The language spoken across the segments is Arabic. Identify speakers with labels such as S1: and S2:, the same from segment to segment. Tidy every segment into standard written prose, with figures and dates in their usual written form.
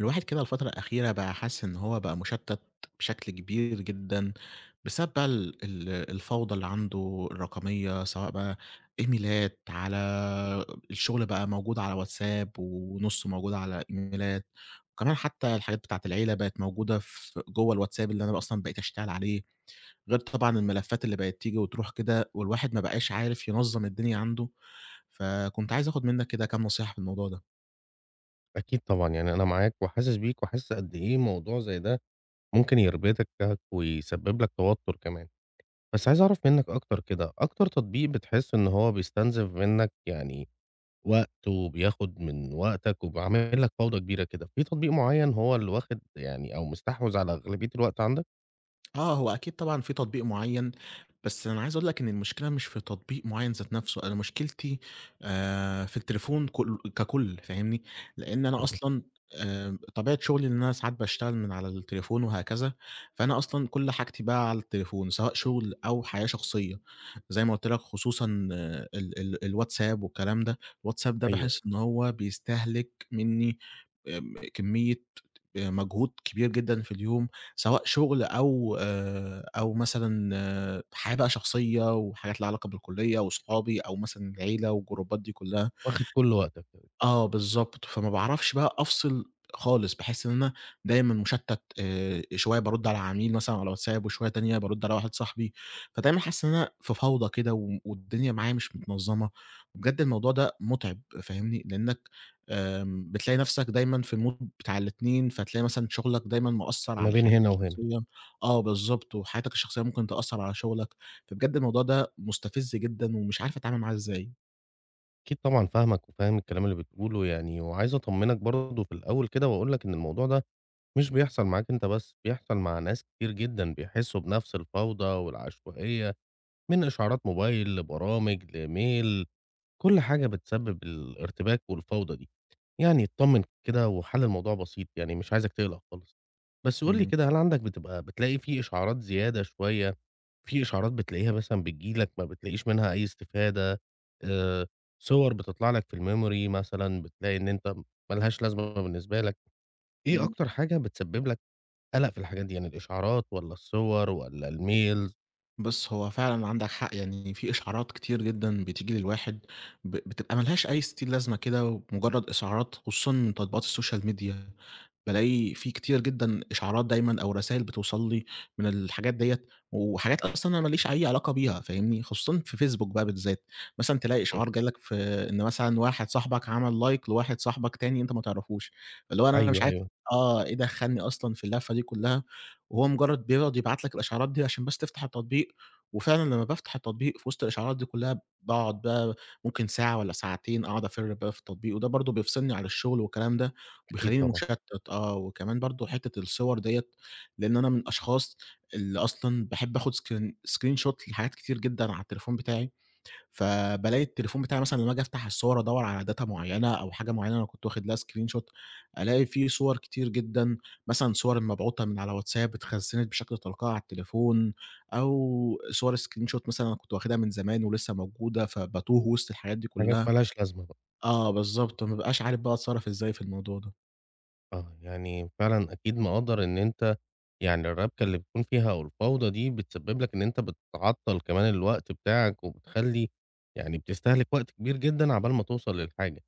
S1: الواحد كده الفترة الأخيرة بقى حاسس إن هو بقى مشتت بشكل كبير جدًا، بسبب بقى ال الفوضى اللي عنده الرقمية، سواء بقى إيميلات على الشغل بقى موجود على واتساب، ونصه موجود على إيميلات، وكمان حتى الحاجات بتاعة العيلة بقت موجودة في جوه الواتساب اللي أنا أصلًا بقيت أشتغل عليه، غير طبعًا الملفات اللي بقت تيجي وتروح كده، والواحد ما بقاش عارف ينظم الدنيا عنده، فكنت عايز آخد منك كده كام نصيحة في الموضوع ده.
S2: أكيد طبعًا، يعني أنا معاك وحاسس بيك وحاسس قد إيه موضوع زي ده ممكن يربكك ويسبب لك توتر كمان. بس عايز أعرف منّك أكتر كده، أكتر تطبيق بتحس إن هو بيستنزف منّك يعني وقت وبياخد من وقتك وبيعمل لك فوضى كبيرة كده، في تطبيق معيّن هو اللي واخد يعني أو مستحوذ على أغلبية الوقت عندك؟
S1: آه، هو أكيد طبعًا في تطبيق معيّن، بس أنا عايز أقول لك إن المشكلة مش في تطبيق معيّن ذات نَفْسه، أنا مشكلتي في التليفون ككُل فاهمني، لإن أنا
S2: إمم.
S1: أصلًا طبيعة شُغلي إن أنا ساعات باشتغل من على التليفون وهكذا، فأنا أصلًا كل حاجتي بقى على التليفون، سواء شُغل أو حياة شخصية، زي ما قُلت لك خصوصًا آه ال ال الواتساب والكلام ده، الواتساب ده
S2: أيوه، أيوه،
S1: باحس إن هو بيستهلك منّي كمية مجهود كبير جدًا في اليوم. سواء شغل أو أو مثلًا حياة بقى شخصية وحاجات ليها علاقة بالكلية وصحابي أو مثلًا العيلة والجروبات دي كلها.
S2: واخد كل وقتك.
S1: آه، بالضبط، فما باعرفش بقى أفصل خالص، باحس إن أنا دايمًا مشتت، شوية بارُد على عميل مثلًا على واتساب، وشوية تانية بارُد على واحد صاحبي، فدايمًا حاسس إن أنا في فوضى كده، والدنيا معايا مش متنظمة، وبجد الموضوع ده متعب فاهمني، لأنك بتلاقي نفسك دايمًا في الmood بتاع الاتنين، فتلاقي مثلًا شغلك دايمًا مأثّر
S2: ما
S1: على
S2: بين
S1: حياتك
S2: هنا وهنا.
S1: الشخصية. آه، بالضبط، وحياتك الشخصية ممكن تأثّر على شغلك، فبجد الموضوع ده مستفز جدًا، ومش عارف أتعامل معاه إزاي.
S2: أكيد طبعًا فاهمك وفاهم الكلام اللي بتقوله يعني، وعايز أطمّنك برضه في الأول كده وأقول لك إن الموضوع ده مش بيحصل معاك أنت بس، بيحصل مع ناس كتير جدًا بيحسّوا بنفس الفوضى والعشوائية، من إشعارات موبايل لبرامج لmail، كل حاجة بتسبب الارتباك والفوضى دي، يعني اتطمن كده وحل الموضوع بسيط، يعني مش عايزك تقلق خالص. بس قُل لي
S1: إمم.
S2: كده هل عندك بتبقى بتلاقي في إشعارات زيادة شوية، في إشعارات بتلاقيها مثلًا بتيجي لك ما بتلاقيش منها أي استفادة، آآ، صور بتطلع لك في الmemory مثلًا بتلاقي إن أنت ما لهاش لازمة بالنسبة لك، إيه
S1: إمم.
S2: أكتر حاجة بتسبب لك قلق في الحاجات دي، يعني الإشعارات والّا الصور والّا الmails؟
S1: بُص، هو فعلًا عندك حق، يعني في إشعارات كتير جدًا بتيجي للواحد بتبقى ما لهاش أي ستين لازمة كده، ومجرد إشعارات خصوصًا من تطبيقات السوشيال ميديا، بالاقي في كتير جدًا إشعارات دايمًا أو رسايل بتوصل لي من الحاجات ديّة، وحاجات أصلًا أنا ما ليش أي علاقة بيها فاهمني، خصوصًا في فيسبوك بقى بالذات، مثلًا تلاقي
S2: إمم،
S1: إشعار جه لك في إن مثلًا واحد صاحبك عمل لايك لواحد صاحبك تاني أنت ما تعرفوش، فاللي هو أنا مش
S2: أيوه،
S1: عارف
S2: أيوه،
S1: آه، إيه دخّلني أصلًا في اللفة دي كلها؟ وهو مجرد بيقعد يبعت لك الإشعارات دي عشان بس تفتح التطبيق، وفعلًا لمّا بافتح التطبيق في وسط الإشعارات دي كلها باقعد بقى ممكن ساعة والّا ساعتين أقعد أفِر بقى في التطبيق، وده برضه بيفصلني عن الشغل والكلام ده،
S2: أكيد
S1: وبيخلّيني
S2: طبعًا،
S1: مشتت آه، وكمان برضه حتة الصور ديّة، لإن أنا من الأشخاص اللي أصلًا باحب آخد screenshot لحاجات كتير جدًا على التليفون بتاعي. فبالاقي التليفون بتاعي مثلًا لمّا آجي أفتح الصور أدوّر على data معيّنة أو حاجة معيّنة أنا كنت واخد لها screenshot، ألاقي في صور كتير جدًا، مثلًا صور مبعوتة من على واتساب اتخزّنت بشكل تلقائي على التليفون، أو صور screenshot مثلًا أنا كنت واخدها من زمان ولسه موجودة، فباتوه وسط الحاجات دي
S2: حاجات
S1: كلّها.
S2: ما لهاش لازمة بقى.
S1: آه، بالضبط، ما بابقاش عارف بقى أتصرّف إزاي في الموضوع ده.
S2: آه، يعني فعلًا أكيد مقدّر إن أنت يعني الربكة اللي بتكون فيها أو الفوضى دي بتسبب لك إن أنت بتعطّل كمان الوقت بتاعك، وبتخلّي يعني بتستهلك وقت كبير جدًا عقبال ما توصل للحاجة.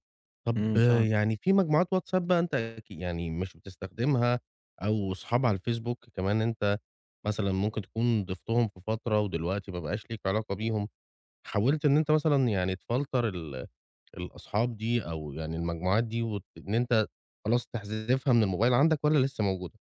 S2: طب
S1: إمم،
S2: آه،
S1: فعلًا.
S2: يعني في مجموعات WhatsApp بقى أنت أكي يعني مش بتستخدمها، أو صحاب على الFacebook كمان أنت مثلًا ممكن تكون ضفتهم في فترة ودلوقتي ما بقاش ليك علاقة بيهم. حاولت إن أنت مثلًا يعني تفلتر ال الأصحاب دي أو يعني المجموعات دي وت إن أنت خلاص تحذفها من الموبايل عندك والّا لسه موجودة؟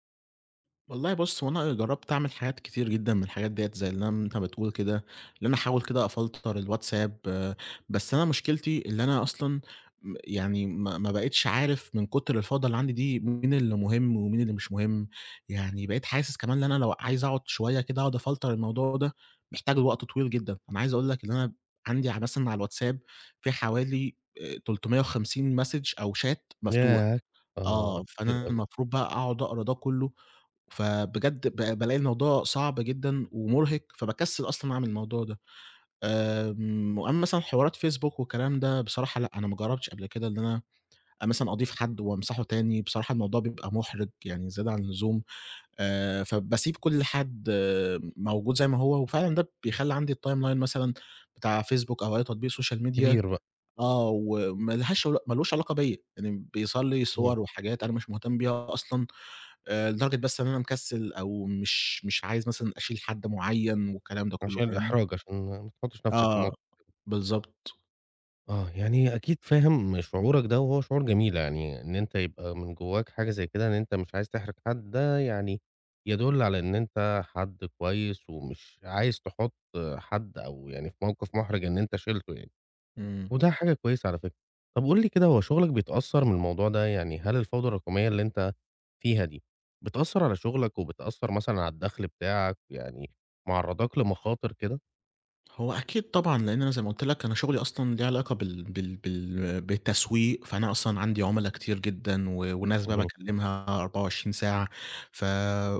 S1: والله بُص، هو أنا جرّبت أعمل حاجات كتير جدًا من الحاجات ديّة زي اللي أنت بتقول كده، اللي أنا أحاول كده أفلتر الواتساب، بس أنا مشكلتي اللي أنا أصلًا يعني ما بقيتش عارف من كتر الفوضى اللي عندي دي مين اللي مهم ومين اللي مش مهم، يعني بقيت حاسس كمان إن أنا لو عايز أقعد شوية كده أقعد أفلتر الموضوع ده محتاج لوقت طويل جدًا، أنا عايز أقول لك إن أنا عندي مثلًا على الواتساب في حوالي 350 مسج أو chat مفتوح،
S2: ياه! آه
S1: آه،
S2: كتير
S1: فأنا
S2: أوي.
S1: المفروض بقى أقعد أقرا ده كله فبجد بالاقي الموضوع صعب جدًا ومُرهق، فباكسّل أصلًا أعمل الموضوع ده. وأمّا مثلًا حوارات فيسبوك والكلام ده، بصراحة لأ، أنا ما جرّبتش قبل كده إن أنا مثلًا أضيف حد وأمسحه تاني، بصراحة الموضوع بيبقى مُحرِج يعني زيادة عن اللزوم، فباسيب كل حد، موجود زي ما هو، وفعلًا ده بيخلّي عندي الtimeline مثلًا بتاع فيسبوك أو أي تطبيق social media
S2: كبير بقى.
S1: آه، وما لهاش عل ما لوش علاقة بيّا، يعني بيظهر لي
S2: إمم،
S1: صور وحاجات أنا مش مهتم بيها أصلًا، لدرجة بس إن أنا مكسّل أو مش عايز مثلًا أشيل حد معيّن والكلام ده كلّه،
S2: عشان
S1: فاهمني؟
S2: الإحراج عشان ما تحطش نفسك في
S1: آه،
S2: موقف.
S1: بالضبط.
S2: آه، يعني أكيد فاهم شعورك ده وهو شعور جميل يعني إن أنت يبقى من جواك حاجة زي كده إن أنت مش عايز تحرج حد ده يعني يدل على إن أنت حد كويس ومش عايز تحط حد أو يعني في موقف محرج إن أنت شِلته يعني.
S1: إمم.
S2: وده حاجة كويسة على فكرة. طب قُل لي كده هو شغلك بيتأثّر من الموضوع ده؟ يعني هل الفوضى الرقمية اللي أنت فيها دي، بتأثّر على شغلك وبتأثّر مثلًا على الدخل بتاعك، يعني معرّضاك لمخاطر كده؟
S1: هو أكيد طبعًا، لإن أنا زي ما قُلت لك أنا شغلي أصلًا ليه علاقة بالتسويق، فأنا أصلًا عندي عُملا كتير جدًا وناس بقى
S2: اهم.
S1: باكلّمها 24 ساعة، ف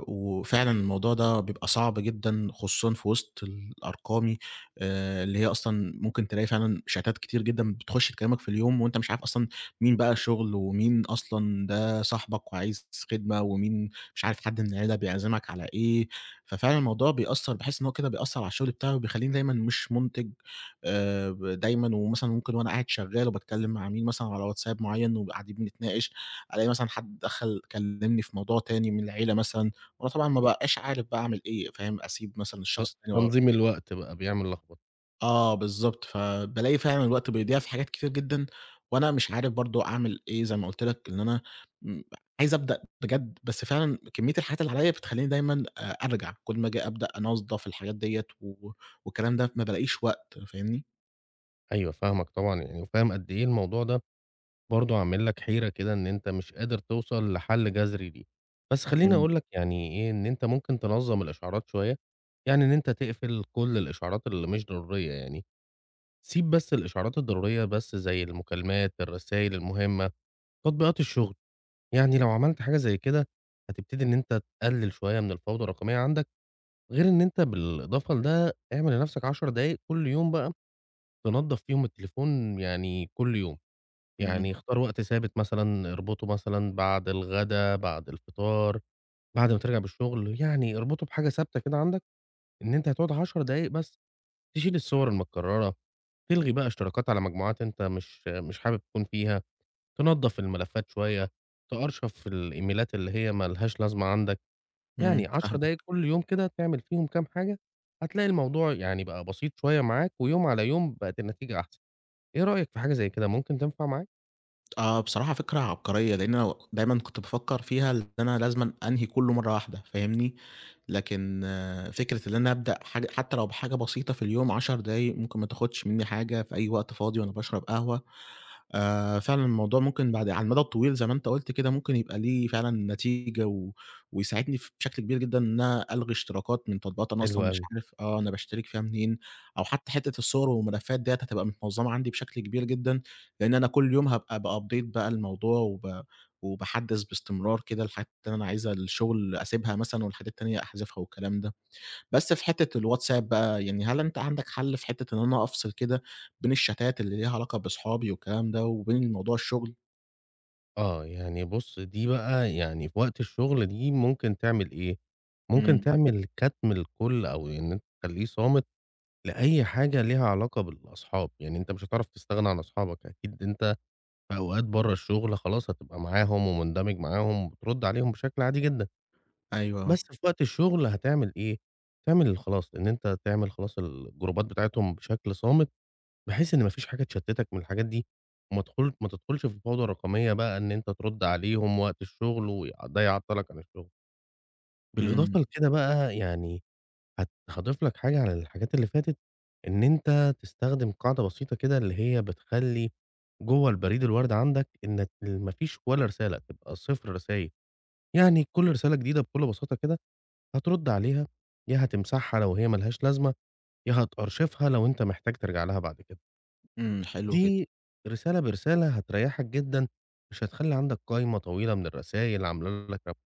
S1: وفعلًا الموضوع ده بيبقى صعب جدًا خصوصًا في وسط ال أرقامي اللي هي أصلًا ممكن تلاقي فعلًا شتات كتير جدًا بتخش تكلّمك في اليوم وأنت مش عارف أصلًا مين بقى شغل ومين أصلًا ده صاحبك وعايز خدمة ومين مش عارف حد من العيلة بيعزمك على إيه، ففعلًا الموضوع بيأثّر باحس إن هو كده بيأثّر على الشغل بتاعي وبيخلّيني دايمًا مش مُنتِج، ب دايمًا ومثلًا ممكن وأنا قاعد شغّال وباتكلّم مع مين مثلًا على واتساب معيّن وقاعدين بنتناقش، ألاقي مثلًا حد دخل كلّمني في موضوع تاني من العيلة مثلًا، وأنا طبعًا ما بابقاش عارف بقى أعمل إيه، فاهم، أسيب مثلًا
S2: ت
S1: الشخص التاني.
S2: تنظيم الوقت بقى بيعمل لخبطة.
S1: آه، بالضبط، فبالاقي فعلًا الوقت بيضيع في حاجات كتير جدًا، وأنا مش عارف برضه أعمل إيه زي ما قُلت لك إن أنا م عايز أبدأ بجد، بس فعلًا كمية الحاجات اللي عليّا بتخلّيني دايمًا أرجع، كل ما آجي أبدأ أنضّف الحاجات ديّة والكلام ده ما بالاقيش وقت فاهمني؟
S2: أيوه فاهمك طبعًا يعني وفاهم قد إيه الموضوع ده برضه عامل لك حيرة كده إن أنت مش قادر توصل لحل جذري ليه. بس خلّيني
S1: إمم.
S2: أقول لك يعني إيه، إن أنت ممكن تنظّم الإشعارات شوية، يعني إن أنت تقفل كل الإشعارات اللي مش ضرورية يعني. سيب بس الإشعارات الضرورية بس زي المكالمات، الرسايل المهمة، تطبيقات الشغل، يعني لو عملت حاجة زي كده هتبتدي إن أنت تقلل شوية من الفوضى الرقمية عندك، غير إن أنت بالإضافة لده اعمل لنفسك 10 دقايق كل يوم بقى تنضف فيهم التليفون يعني كل يوم،
S1: إمم.
S2: يعني اختار وقت ثابت مثلًا اربطه مثلًا بعد الغدا، بعد الفطار، بعد ما ترجع من الشغل، يعني اربطه بحاجة ثابتة كده عندك إن أنت هتقعد 10 دقايق بس تشيل الصور المتكررة تلغي بقى اشتراكات على مجموعات أنت مش حابب تكون فيها، تنضّف الملفات شوية، تأرشف الإيميلات اللي هي ما لهاش لازمة عندك،
S1: إمم،
S2: يعني 10 دقايق
S1: فاهمك.
S2: كل يوم كده تعمل فيهم كام حاجة، هتلاقي الموضوع يعني بقى بسيط شوية معاك، ويوم على يوم بقت النتيجة أحسن، إيه رأيك في حاجة زي كده ممكن تنفع معاك؟
S1: آه، بصراحة فكرة عبقرية، لإن أنا دايمًا كنت بافكّر فيها إن أنا لازمًا أنهي كلّه مرّة واحدة فاهمني؟ لكن فكرة إن أنا أبدأ حاجة حتى لو بحاجة بسيطة في اليوم 10 دقايق ممكن ما تاخدش مني حاجة في أي وقت فاضي وأنا باشرب قهوة، فعلًا الموضوع ممكن بعد على المدى الطويل زي ما أنت قُلت كده، ممكن يبقى ليه فعلًا نتيجة ويساعدني بشكل كبير جدًا إن أنا ألغي اشتراكات من تطبيقات أنا
S2: حلو
S1: أصلًا مش
S2: أوي.
S1: عارف، أنا باشترك فيها منين، أو حتى حتّة الصور والملفات ديّة هتبقى متنظّمة عندي بشكل كبير جدًا، لإن أنا كل يوم هابقى بupdate بقى الموضوع وباحدّث باستمرار كده الحاجات اللي أنا عايزها للشغل أسيبها مثلًا والحاجات التانية أحذفها والكلام ده. بس في حتّة الواتساب بقى، يعني هل أنت عندك حَل في حتّة إن أنا أفصل كده بين الشتات اللي ليها علاقة بأصحابي والكلام ده وبين موضوع الشغل؟
S2: آه، يعني بُص دي بقى يعني في وقت الشغل دي ممكن تعمل إيه، ممكن
S1: إمم.
S2: تعمل كتم لكل أو إن أنت تخلّيه صامت. لأي حاجة ليها علاقة بالأصحاب، يعني أنت مش هتعرف تستغنى عن أصحابك، أكيد أنت في أوقات برّه الشغل خلاص هتبقى معاهم ومندمج معاهم وبترد عليهم بشكل عادي جدًا،
S1: أيوه.
S2: بس في وقت الشغل هتعمل إيه، تعمل خلاص إن أنت تعمل خلاص الجروبات بتاعتهم بشكل صامت، بحيث إن ما فيش حاجة تشتتك من الحاجات دي، وما تدخل ما تدخلش في فوضى رقمية بقى إن أنت ترد عليهم وقت الشغل وده يعطلك عن الشغل،
S1: إمم.
S2: بالإضافة لكده بقى يعني هاضيف لك حاجة على الحاجات اللي فاتت، إن أنت تستخدم قاعدة بسيطة كده اللي هي بتخلّي جوّه البريد الوردي عندك إنك ما فيش ولا رسالة، تبقى 0 رسايل، يعني كل رسالة جديدة بكل بساطة كده هترُد عليها، يا هتمسحها لو هي ما لهاش لازمة، يا هتأرشفها لو أنت محتاج ترجع لها بعد كده.
S1: إمم. حلو جدًا.
S2: دي رسالة برسالة هتريّحك جدًا، مش هتخلّي عندك قايمة طويلة من الرسايل عاملة لك ربْك،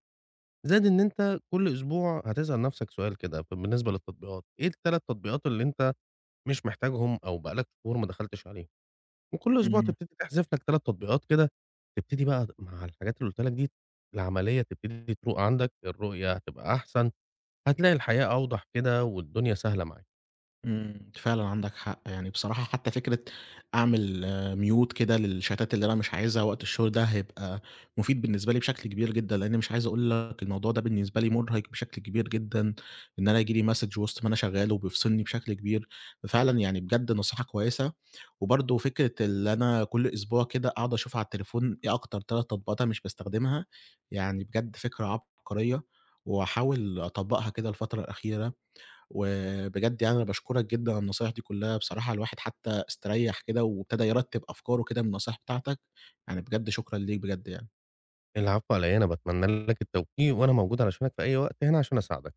S2: زائد إن أنت كل أسبوع هتسأل نفْسك سؤال كده، بالنسبة للتطبيقات، إيه ال3 تطبيقات اللي أنت مش محتاجهم أو بقى لك شهور ما دخلتش عليهم، وكل أسبوع
S1: إمم.
S2: تبتدي تحذف لك 3 تطبيقات كده، تبتدي بقى مع الحاجات اللي قُلت لك دي العملية تبتدي تروق عندك، الرؤية هتبقى أحسن، هتلاقي الحياة أوضح كده والدنيا سهلة معاك.
S1: إمم، فعلًا عندك حق، يعني بصراحة حتى فكرة أعمل mute كده للشتات اللي أنا مش عايزها وقت الشغل ده هيبقى مفيد بالنسبة لي بشكل كبير جدًا، لإن مش عايز أقول لك الموضوع ده بالنسبة لي مُرهق بشكل كبير جدًا، إن أنا ييجي لي message وسط ما أنا شغال وبيفصلني بشكل كبير، ففعلًا يعني بجد نصيحة كويسة، وبرضه فكرة اللي أنا كل أسبوع كده أقعد أشوف على التليفون إيه أكتر 3 تطبيقات أنا مش باستخدمها، يعني بجد فكرة عبقرية، وهاحاول أطبّقها كده الفترة الأخيرة. وبجد يعني أنا باشكرك جدًا على النصايح دي كلّها، بصراحة الواحد حتى استريّح كده وابتدى يرتّب أفكاره كده من النصايح بتاعتك، يعني بجد شكرًا ليك بجد يعني.
S2: العفو على إيه، أنا باتمنى لك التوفيق وأنا موجود علشانك في أي وقت هنا عشان أساعدك.